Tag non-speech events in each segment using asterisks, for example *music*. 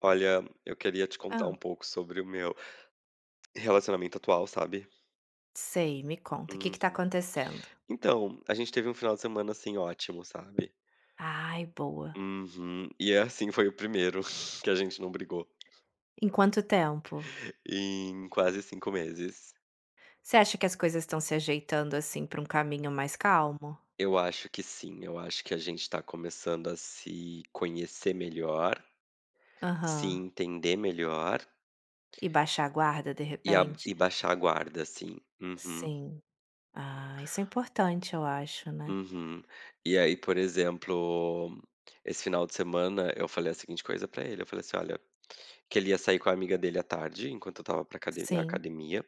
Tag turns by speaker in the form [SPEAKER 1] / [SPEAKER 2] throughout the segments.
[SPEAKER 1] Olha, eu queria te contar um
[SPEAKER 2] Ah.
[SPEAKER 1] pouco sobre o meu relacionamento atual, sabe.
[SPEAKER 2] Sei, me conta, o que que tá
[SPEAKER 1] Uhum.
[SPEAKER 2] acontecendo?
[SPEAKER 1] Então, a gente teve um final de semana, assim, ótimo, sabe.
[SPEAKER 2] Ai, boa.
[SPEAKER 1] Uhum. E é assim, foi o primeiro *laughs* que a gente não brigou
[SPEAKER 2] Em quanto tempo?
[SPEAKER 1] em quase 5 meses.
[SPEAKER 2] Você acha que as coisas estão se ajeitando, assim, pra um caminho mais calmo?
[SPEAKER 1] Eu acho que sim, eu acho que a gente tá começando a se conhecer melhor, se
[SPEAKER 2] Aham.
[SPEAKER 1] entender melhor
[SPEAKER 2] E baixar a guarda, de
[SPEAKER 1] e a
[SPEAKER 2] repente?
[SPEAKER 1] e baixar a guarda, assim. Uhum.
[SPEAKER 2] Sim. Ah, isso é importante, eu acho, né.
[SPEAKER 1] Uhum. E aí, por exemplo, esse final de semana eu falei a seguinte coisa pra ele, eu falei assim: "Olha", que ele ia sair com a amiga dele à tarde, enquanto eu estava pra acade na
[SPEAKER 2] Sim.
[SPEAKER 1] academia,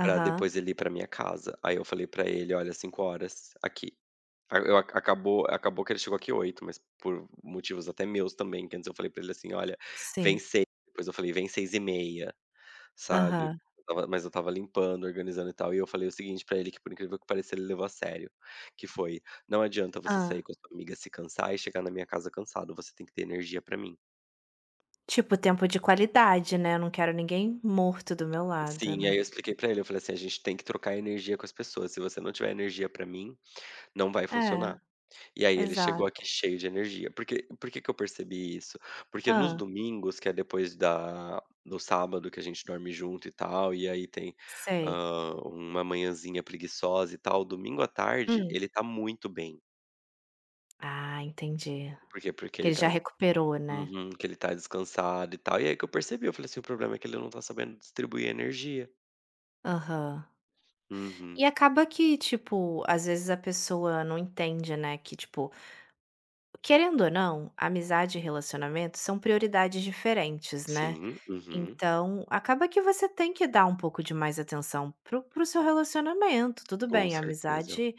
[SPEAKER 1] pra depois ele ir pra minha casa. Aí eu falei pra ele: "Olha, 5 horas aqui". A eu a Acabou que ele chegou aqui 8, mas por motivos até meus também, que antes eu falei pra ele assim: "Olha, vem
[SPEAKER 2] Sim.
[SPEAKER 1] 6". Depois eu falei: "Vem 6h30". Sabe.
[SPEAKER 2] Aham.
[SPEAKER 1] Eu estava limpando, organizando e tal, e eu falei o seguinte pra ele, que por incrível que pareça ele levou a sério, que foi: "Não adianta você
[SPEAKER 2] Ah.
[SPEAKER 1] sair com a sua amiga, se cansar e chegar na minha casa cansado, você tem que ter energia pra mim".
[SPEAKER 2] Tipo, tempo de qualidade, né, eu não quero ninguém morto do meu lado,
[SPEAKER 1] Sim, aí
[SPEAKER 2] né.
[SPEAKER 1] eu expliquei pra ele, eu falei assim: "A gente tem que trocar energia com as pessoas, se você não tiver energia pra mim, não vai
[SPEAKER 2] É,
[SPEAKER 1] funcionar". E aí ele chegou
[SPEAKER 2] exato.
[SPEAKER 1] aqui cheio de energia. Por que que eu percebi isso? Porque nos
[SPEAKER 2] Ah.
[SPEAKER 1] domingos, que é depois da do sábado que a gente dorme junto e tal, e aí tem,
[SPEAKER 2] Sei.
[SPEAKER 1] uma manhãzinha preguiçosa e tal, domingo à tarde
[SPEAKER 2] Hum.
[SPEAKER 1] ele tá muito bem.
[SPEAKER 2] Ah, entendi.
[SPEAKER 1] Por quê? Porque
[SPEAKER 2] Que
[SPEAKER 1] ele
[SPEAKER 2] ele já
[SPEAKER 1] tá,
[SPEAKER 2] recuperou, né.
[SPEAKER 1] uhum, que ele tá descansado e tal. E aí que eu percebi, eu falei assim: "O problema é que ele não tá sabendo distribuir energia".
[SPEAKER 2] Aham.
[SPEAKER 1] Uhum.
[SPEAKER 2] E acaba que, tipo, às vezes a pessoa não entende, né, que tipo, querendo ou não, amizade e relacionamento são prioridades diferentes, né?
[SPEAKER 1] Sim, uhum.
[SPEAKER 2] Então, acaba que você tem que dar um pouco de mais atenção pro o seu relacionamento. Tudo
[SPEAKER 1] Com
[SPEAKER 2] bem, a
[SPEAKER 1] certeza.
[SPEAKER 2] amizade,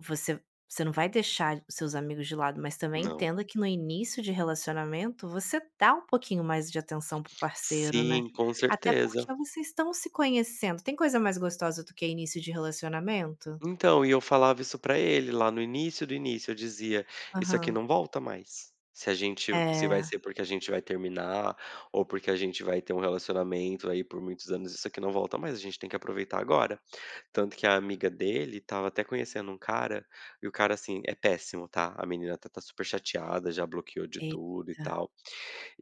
[SPEAKER 2] você não vai deixar os seus amigos de lado, mas também
[SPEAKER 1] Não.
[SPEAKER 2] entenda que no início de relacionamento, você dá um pouquinho mais de atenção pro parceiro, né.
[SPEAKER 1] Sim, com
[SPEAKER 2] Até porque
[SPEAKER 1] certeza.
[SPEAKER 2] vocês estão se conhecendo. Tem coisa mais gostosa do que início de relacionamento?
[SPEAKER 1] Então, e eu falava isso pra ele lá no início do início, eu dizia: "Isso aqui
[SPEAKER 2] Aham.
[SPEAKER 1] não volta mais. Se a gente se vai
[SPEAKER 2] É,
[SPEAKER 1] ser porque a gente vai terminar, ou porque a gente vai ter um relacionamento aí por muitos anos, isso aqui não volta mais, a gente tem que aproveitar agora". Tanto que a amiga dele estava até conhecendo um cara, e o cara, assim, é péssimo, tá, a menina tá super chateada, já bloqueou de tudo e
[SPEAKER 2] eita.
[SPEAKER 1] tal.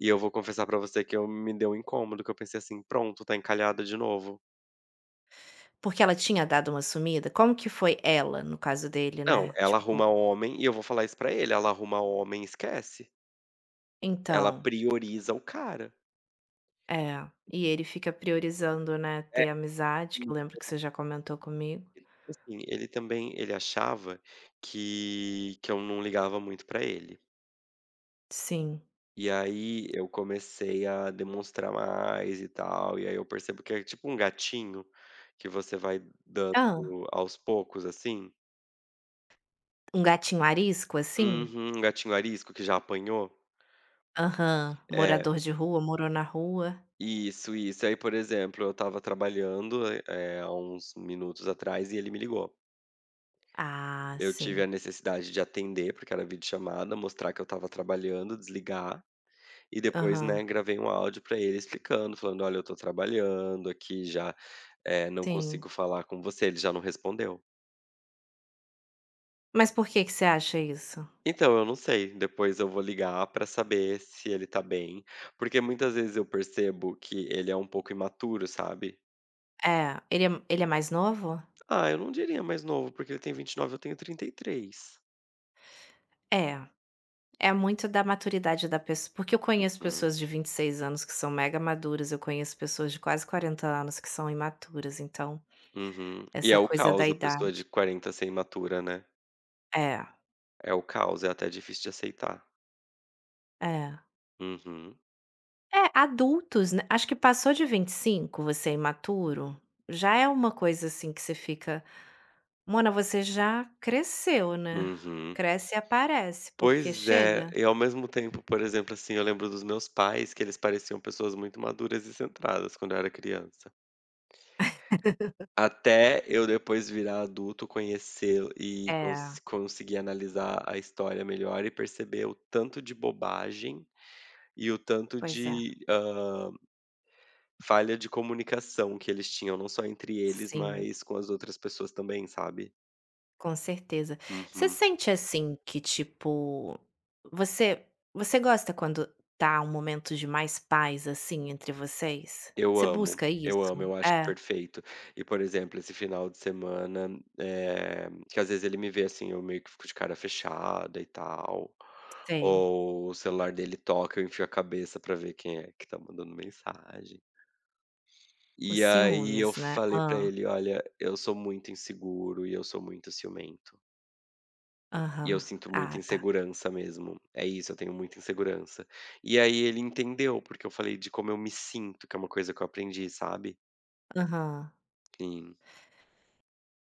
[SPEAKER 1] E eu vou confessar pra você que eu me deu um incômodo, que eu pensei assim: "Pronto, tá encalhada de novo".
[SPEAKER 2] Porque ela tinha dado uma sumida? Como que foi ela, no caso dele,
[SPEAKER 1] Não,
[SPEAKER 2] né?
[SPEAKER 1] ela
[SPEAKER 2] Tipo
[SPEAKER 1] arruma homem e eu vou falar isso pra ele, ela arruma homem, e esquece. Ela
[SPEAKER 2] então.
[SPEAKER 1] prioriza o cara.
[SPEAKER 2] É, e ele fica priorizando, né,
[SPEAKER 1] É,
[SPEAKER 2] ter amizade, que eu lembro que você já comentou comigo.
[SPEAKER 1] assim, ele achava que eu não ligava muito pra ele.
[SPEAKER 2] Sim.
[SPEAKER 1] E aí eu comecei a demonstrar mais e tal, e aí eu percebo que é tipo um gatinho que você vai dando
[SPEAKER 2] Ah.
[SPEAKER 1] aos poucos, assim.
[SPEAKER 2] Um gatinho arisco, assim?
[SPEAKER 1] Uhum, um gatinho arisco que já apanhou.
[SPEAKER 2] Aham.
[SPEAKER 1] É,
[SPEAKER 2] Morador de rua, morou na rua.
[SPEAKER 1] isso, isso. Aí, por exemplo, eu estava trabalhando, há uns minutos atrás e ele me ligou.
[SPEAKER 2] Ah,
[SPEAKER 1] Eu tive
[SPEAKER 2] sim.
[SPEAKER 1] a necessidade de atender, porque era videochamada, mostrar que eu estava trabalhando, desligar e depois,
[SPEAKER 2] Aham,
[SPEAKER 1] né, gravei um áudio para ele explicando, falando: "Olha, eu tô trabalhando aqui já, não
[SPEAKER 2] sim.
[SPEAKER 1] consigo falar com você". Ele já não respondeu.
[SPEAKER 2] Mas por que que você acha isso?
[SPEAKER 1] Então, eu não sei, depois eu vou ligar pra saber se ele tá bem, porque muitas vezes eu percebo que ele é um pouco imaturo, sabe.
[SPEAKER 2] É, ele é mais novo?
[SPEAKER 1] Ah, eu não diria mais novo, porque ele tem 29, eu tenho 33.
[SPEAKER 2] É, é muito da maturidade da pessoa. Porque eu conheço
[SPEAKER 1] Hum.
[SPEAKER 2] pessoas de 26 anos que são mega maduras, eu conheço pessoas de quase 40 anos que são imaturas, então,
[SPEAKER 1] Uhum. Uhum. E é
[SPEAKER 2] essa
[SPEAKER 1] o
[SPEAKER 2] coisa da
[SPEAKER 1] caos, a pessoa de
[SPEAKER 2] idade.
[SPEAKER 1] 40 ser imatura, né.
[SPEAKER 2] É,
[SPEAKER 1] É o caos, é até difícil de aceitar.
[SPEAKER 2] é.
[SPEAKER 1] Uhum,
[SPEAKER 2] É, adultos, né, acho que passou de 25, você é imaturo, já é uma coisa assim que você fica: "Mona, você já cresceu, né".
[SPEAKER 1] uhum.
[SPEAKER 2] Cresce e aparece, porque
[SPEAKER 1] Pois é,
[SPEAKER 2] chega.
[SPEAKER 1] e ao mesmo tempo, por exemplo, assim, eu lembro dos meus pais que eles pareciam pessoas muito maduras e centradas quando eu era criança. Até eu depois virar adulto, conhecer e
[SPEAKER 2] É,
[SPEAKER 1] conseguir analisar a história melhor e perceber o tanto de bobagem e o tanto
[SPEAKER 2] pois é.
[SPEAKER 1] de, falha de comunicação que eles tinham, não só entre eles,
[SPEAKER 2] Sim,
[SPEAKER 1] mas com as outras pessoas também, sabe?
[SPEAKER 2] com certeza. Você
[SPEAKER 1] Uhum.
[SPEAKER 2] sente assim que, tipo, você gosta quando tá um momento de mais paz, assim, entre vocês?
[SPEAKER 1] Eu
[SPEAKER 2] Você
[SPEAKER 1] amo,
[SPEAKER 2] busca isso?
[SPEAKER 1] eu amo, eu acho
[SPEAKER 2] É,
[SPEAKER 1] perfeito. E, por exemplo, esse final de semana, que às vezes ele me vê assim, eu meio que fico de cara fechada e tal,
[SPEAKER 2] sei.
[SPEAKER 1] ou o celular dele toca, eu enfio a cabeça pra ver quem é que tá mandando mensagem.
[SPEAKER 2] Os
[SPEAKER 1] E aí eu
[SPEAKER 2] ciúmes, né.
[SPEAKER 1] falei pra
[SPEAKER 2] Ah.
[SPEAKER 1] ele: "Olha, eu sou muito inseguro e eu sou muito ciumento. E eu
[SPEAKER 2] Aham.
[SPEAKER 1] sinto muita
[SPEAKER 2] Ah, tá.
[SPEAKER 1] insegurança mesmo. É isso, eu tenho muita insegurança". E aí ele entendeu, porque eu falei de como eu me sinto, que é uma coisa que eu aprendi, sabe?
[SPEAKER 2] Aham.
[SPEAKER 1] Sim.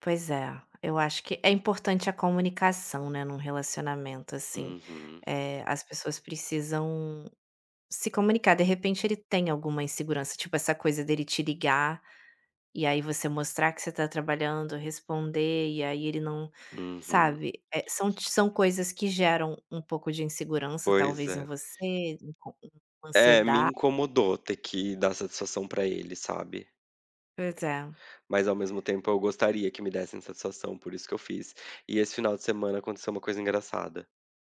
[SPEAKER 2] Pois é, eu acho que é importante a comunicação, né, num relacionamento, assim.
[SPEAKER 1] Uhum,
[SPEAKER 2] Eh, as pessoas precisam se comunicar. De repente, ele tem alguma insegurança, tipo essa coisa dele te ligar e aí você mostrar que você tá trabalhando, responder, e aí ele não
[SPEAKER 1] uhum.
[SPEAKER 2] sabe? Eh, são coisas que geram um pouco de insegurança,
[SPEAKER 1] Pois
[SPEAKER 2] talvez, em
[SPEAKER 1] é.
[SPEAKER 2] você, uma
[SPEAKER 1] É, me
[SPEAKER 2] ansiedade.
[SPEAKER 1] incomodou ter que dar satisfação pra ele, sabe.
[SPEAKER 2] Pois é.
[SPEAKER 1] Mas ao mesmo tempo eu gostaria que me dessem satisfação, por isso que eu fiz. E esse final de semana aconteceu uma coisa engraçada.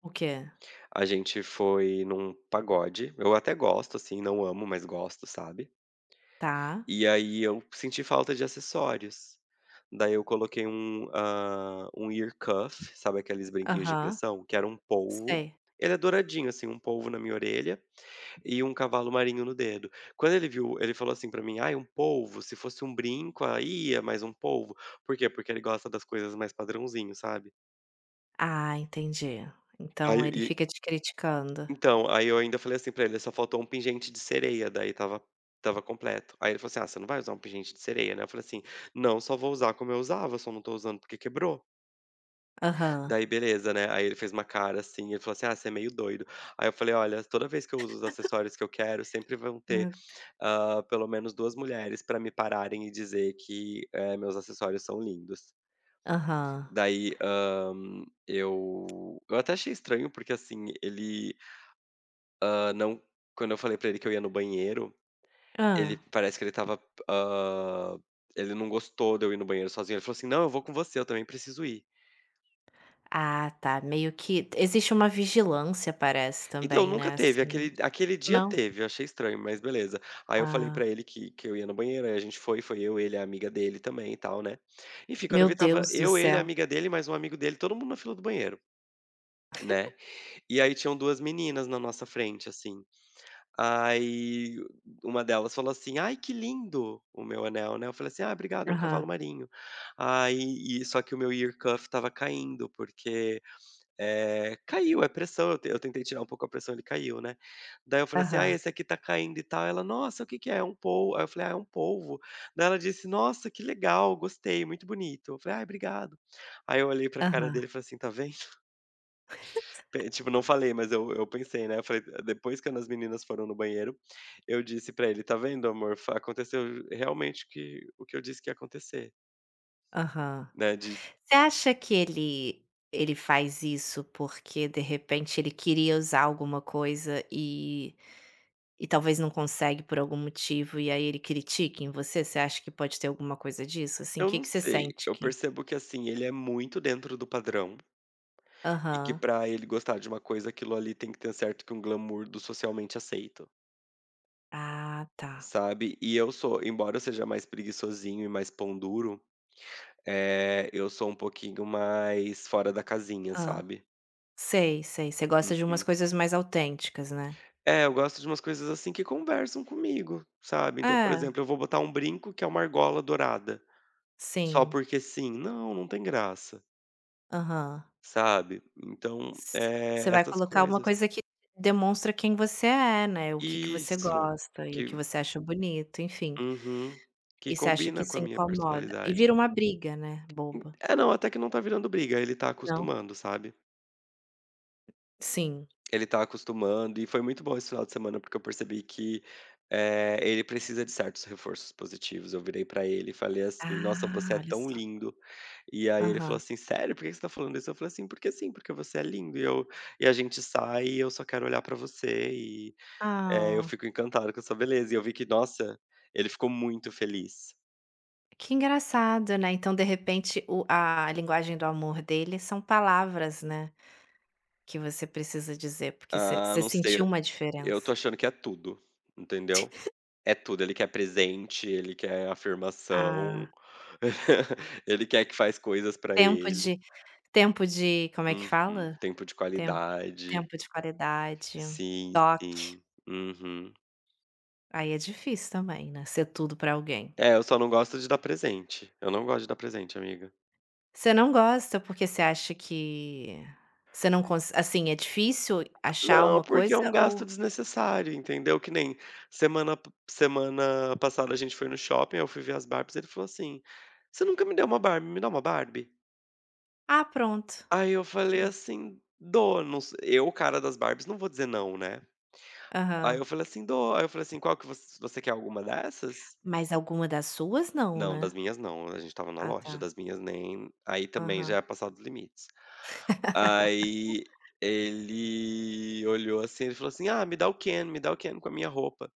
[SPEAKER 2] O quê?
[SPEAKER 1] A gente foi num pagode, eu até gosto assim, não amo, mas gosto, sabe.
[SPEAKER 2] Tá.
[SPEAKER 1] E aí eu senti falta de acessórios. Daí eu coloquei um ear cuff, sabe aqueles brinquinhos de
[SPEAKER 2] Aham.
[SPEAKER 1] pressão? Que era um polvo,
[SPEAKER 2] Sei.
[SPEAKER 1] ele é douradinho assim, um polvo na minha orelha. E um cavalo marinho no dedo. Quando ele viu, ele falou assim pra mim: "Ai, um polvo, se fosse um brinco, aí é mais um polvo". Por quê? Porque ele gosta das coisas mais padrãozinho, sabe.
[SPEAKER 2] Ah, entendi.
[SPEAKER 1] Aí
[SPEAKER 2] Então ele
[SPEAKER 1] e
[SPEAKER 2] fica te criticando.
[SPEAKER 1] então, aí eu ainda falei assim pra ele: "Só faltou um pingente de sereia", daí tava completo. Aí ele falou assim: "Ah, você não vai usar um pingente de sereia, né?" Eu falei assim: "Não, só vou usar como eu usava, só não tô usando porque quebrou".
[SPEAKER 2] Aham.
[SPEAKER 1] Daí beleza, né, aí ele fez uma cara, assim, ele falou assim: "Ah, você é meio doido". Aí eu falei: "Olha, toda vez que eu uso os acessórios que eu quero, sempre vão ter,
[SPEAKER 2] Né?
[SPEAKER 1] pelo menos 2 mulheres para me pararem e dizer que, meus acessórios são lindos".
[SPEAKER 2] Aham.
[SPEAKER 1] Daí, eu até achei estranho, porque, assim, ele, hã, não quando eu falei pra ele que eu ia no banheiro, ele
[SPEAKER 2] Hã.
[SPEAKER 1] parece que ele estava, hã, ele não gostou de eu ir no banheiro sozinho, ele falou assim: "Não, eu vou com você, eu também preciso ir".
[SPEAKER 2] Ah, tá. Meio que existe uma vigilância, parece
[SPEAKER 1] Então,
[SPEAKER 2] também,
[SPEAKER 1] nunca
[SPEAKER 2] né,
[SPEAKER 1] teve,
[SPEAKER 2] assim.
[SPEAKER 1] aquele dia
[SPEAKER 2] Não?
[SPEAKER 1] teve, eu achei estranho, mas beleza. Aí eu falei
[SPEAKER 2] Ah,
[SPEAKER 1] pra ele que eu ia no banheiro, aí a gente foi, foi eu, ele, a amiga dele também e tal, né. Enfim, quando eu
[SPEAKER 2] meu
[SPEAKER 1] vi tava
[SPEAKER 2] Deus do
[SPEAKER 1] eu, ele, a
[SPEAKER 2] céu.
[SPEAKER 1] amiga dele, mais um amigo dele, todo mundo na fila do banheiro, né. E aí tinham 2 meninas na nossa frente, assim. Aí uma delas falou assim: "Ai, que lindo o meu anel", né. Eu falei assim: "Ah, obrigado, é um cavalo
[SPEAKER 2] Aham,
[SPEAKER 1] marinho". Aí e só que o meu ear cuff tava caindo, porque, caiu, é pressão, eu tentei tirar um pouco a pressão, ele caiu, né. Daí eu falei assim: "Ah,
[SPEAKER 2] aham,
[SPEAKER 1] esse aqui tá caindo e tal", ela: "Nossa, o que que é? É um pol" aí eu falei: "Ah, é um polvo". Daí ela disse: "Nossa, que legal, gostei, muito bonito". Eu falei: "Ai, obrigado". Aí eu olhei pra cara
[SPEAKER 2] aham,
[SPEAKER 1] dele e falei assim: "Tá vendo?" *laughs* Pe tipo, não falei, mas eu pensei, né, eu falei depois que as meninas foram no banheiro, eu disse pra ele: "Tá vendo amor, fa aconteceu realmente que o que eu disse que ia acontecer",
[SPEAKER 2] aham.
[SPEAKER 1] né, de
[SPEAKER 2] Você acha que ele faz isso porque, de repente, ele queria usar alguma coisa e talvez não consegue por algum motivo e aí ele critique em você? Você acha que pode ter alguma coisa disso? Assim, o
[SPEAKER 1] eu
[SPEAKER 2] que
[SPEAKER 1] não
[SPEAKER 2] que você
[SPEAKER 1] sei,
[SPEAKER 2] sente
[SPEAKER 1] eu
[SPEAKER 2] que
[SPEAKER 1] percebo que, assim, ele é muito dentro do padrão. E que
[SPEAKER 2] aham.
[SPEAKER 1] pra ele gostar de uma coisa, aquilo ali tem que ter certo que um glamour do socialmente aceito,
[SPEAKER 2] Ah, tá.
[SPEAKER 1] sabe. E eu sou embora eu seja mais preguiçosinho e mais pão duro, eu sou um pouquinho mais fora da casinha,
[SPEAKER 2] Hã.
[SPEAKER 1] sabe.
[SPEAKER 2] Sei, sei. Você gosta de umas
[SPEAKER 1] Uhum.
[SPEAKER 2] coisas mais autênticas, né.
[SPEAKER 1] É, eu gosto de umas coisas assim que conversam comigo, sabe. Então, por
[SPEAKER 2] É,
[SPEAKER 1] exemplo, eu vou botar um brinco que é uma argola dourada, só
[SPEAKER 2] sim.
[SPEAKER 1] porque sim. Não, não tem graça,
[SPEAKER 2] Aham.
[SPEAKER 1] sabe. Então,
[SPEAKER 2] Você vai
[SPEAKER 1] essas
[SPEAKER 2] colocar uma
[SPEAKER 1] coisas.
[SPEAKER 2] coisa que demonstra quem você é, né, o que que você
[SPEAKER 1] Isso.
[SPEAKER 2] gosta e o
[SPEAKER 1] Que
[SPEAKER 2] que você acha bonito, enfim.
[SPEAKER 1] Uhum.
[SPEAKER 2] E
[SPEAKER 1] Que
[SPEAKER 2] você acha que
[SPEAKER 1] combina com
[SPEAKER 2] isso
[SPEAKER 1] a minha
[SPEAKER 2] incomoda. E
[SPEAKER 1] personalidade.
[SPEAKER 2] vira uma briga, né,
[SPEAKER 1] En
[SPEAKER 2] boba.
[SPEAKER 1] é, não, até que não tá virando briga, ele tá
[SPEAKER 2] Não?
[SPEAKER 1] acostumando, sabe.
[SPEAKER 2] Sim.
[SPEAKER 1] Ele tá acostumando e foi muito bom esse final de semana, porque eu percebi que, ele precisa de certos reforços positivos. Eu virei pra ele e falei assim: "Nossa,
[SPEAKER 2] Ah,
[SPEAKER 1] você é
[SPEAKER 2] olha
[SPEAKER 1] tão
[SPEAKER 2] só.
[SPEAKER 1] lindo". E aí ele falou
[SPEAKER 2] Aham.
[SPEAKER 1] assim: "Sério, por que você tá falando isso?" Eu falei assim: "Porque sim, porque você é lindo e a gente sai e eu só quero olhar pra você e, eu
[SPEAKER 2] Ah.
[SPEAKER 1] fico encantado com a sua beleza". E eu vi que, nossa, ele ficou muito feliz.
[SPEAKER 2] Que engraçado, né, então de repente o a linguagem do amor dele são palavras, né, que você precisa dizer, porque você
[SPEAKER 1] Ah, não sei.
[SPEAKER 2] sentiu uma
[SPEAKER 1] Eu tô
[SPEAKER 2] diferença.
[SPEAKER 1] achando que é tudo, entendeu?
[SPEAKER 2] *laughs*
[SPEAKER 1] É tudo, ele quer presente, ele quer afirmação,
[SPEAKER 2] Ah,
[SPEAKER 1] *laughs* ele quer que faz coisas pra
[SPEAKER 2] tempo
[SPEAKER 1] ele.
[SPEAKER 2] de tempo de como é que
[SPEAKER 1] Uhum.
[SPEAKER 2] fala?
[SPEAKER 1] Tempo de
[SPEAKER 2] Tempo
[SPEAKER 1] qualidade.
[SPEAKER 2] tempo de qualidade,
[SPEAKER 1] Sim,
[SPEAKER 2] toque,
[SPEAKER 1] sim. Uhum.
[SPEAKER 2] aí é difícil também, né, ser tudo pra alguém.
[SPEAKER 1] É, eu só não gosto de dar presente. Eu não gosto de dar presente, amiga.
[SPEAKER 2] Você não gosta porque você acha que você não consegue. Assim, é difícil achar
[SPEAKER 1] Não,
[SPEAKER 2] uma
[SPEAKER 1] porque é um
[SPEAKER 2] coisa ou
[SPEAKER 1] gasto desnecessário, entendeu? Que nem semana passada a gente foi no shopping, eu fui ver as Barbies, ele falou assim: "Você nunca me deu uma Barbie, me dá uma Barbie?"
[SPEAKER 2] ah, pronto.
[SPEAKER 1] Aí eu falei assim: "Dou, não se", eu, cara das Barbies, não vou dizer não, né. Aí
[SPEAKER 2] Aham.
[SPEAKER 1] eu falei assim: "Dou". Aí eu falei assim: "Qual que você quer alguma dessas?"
[SPEAKER 2] Mas alguma das suas não,
[SPEAKER 1] "Não,
[SPEAKER 2] né?
[SPEAKER 1] das minhas não, a gente estava na
[SPEAKER 2] Ah, tá,
[SPEAKER 1] loja, das minhas nem", aí também já
[SPEAKER 2] aham.
[SPEAKER 1] é passar dos limites. Aí ele olhou assim, ele falou assim: "Ah, me dá o Ken, me dá o Ken com a minha roupa".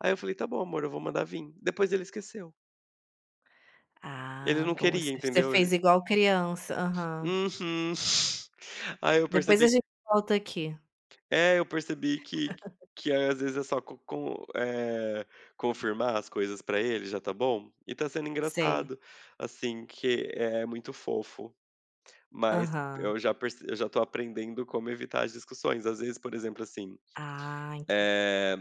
[SPEAKER 1] Aí eu falei: "Tá bom amor, eu vou mandar vir". Depois ele esqueceu. Ele
[SPEAKER 2] Ah,
[SPEAKER 1] não
[SPEAKER 2] boa, você
[SPEAKER 1] queria, entendeu? Ele
[SPEAKER 2] fez igual criança. Aham.
[SPEAKER 1] Uhum. *laughs* Aí eu
[SPEAKER 2] Depois a
[SPEAKER 1] percebi.
[SPEAKER 2] gente volta aqui.
[SPEAKER 1] É, eu percebi que às vezes é só co com, confirmar as coisas pra ele, já tá bom. E tá sendo
[SPEAKER 2] Sei.
[SPEAKER 1] engraçado, assim, que é muito fofo, mas
[SPEAKER 2] Aham.
[SPEAKER 1] eu já perce eu já tô aprendendo como evitar as discussões. Às vezes, por exemplo, assim,
[SPEAKER 2] Ah, entendi.
[SPEAKER 1] eh,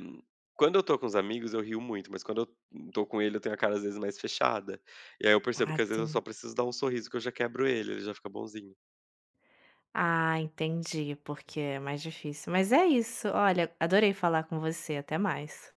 [SPEAKER 1] quando eu tô com os amigos eu rio muito, mas quando eu tô com ele eu tenho a cara às vezes mais fechada. E aí eu percebo
[SPEAKER 2] Ah,
[SPEAKER 1] que às vezes eu só
[SPEAKER 2] sim.
[SPEAKER 1] preciso dar um sorriso que eu já quebro ele, ele já fica bonzinho.
[SPEAKER 2] Ah, entendi, porque é mais difícil. Mas é isso, olha, adorei falar com você, até mais.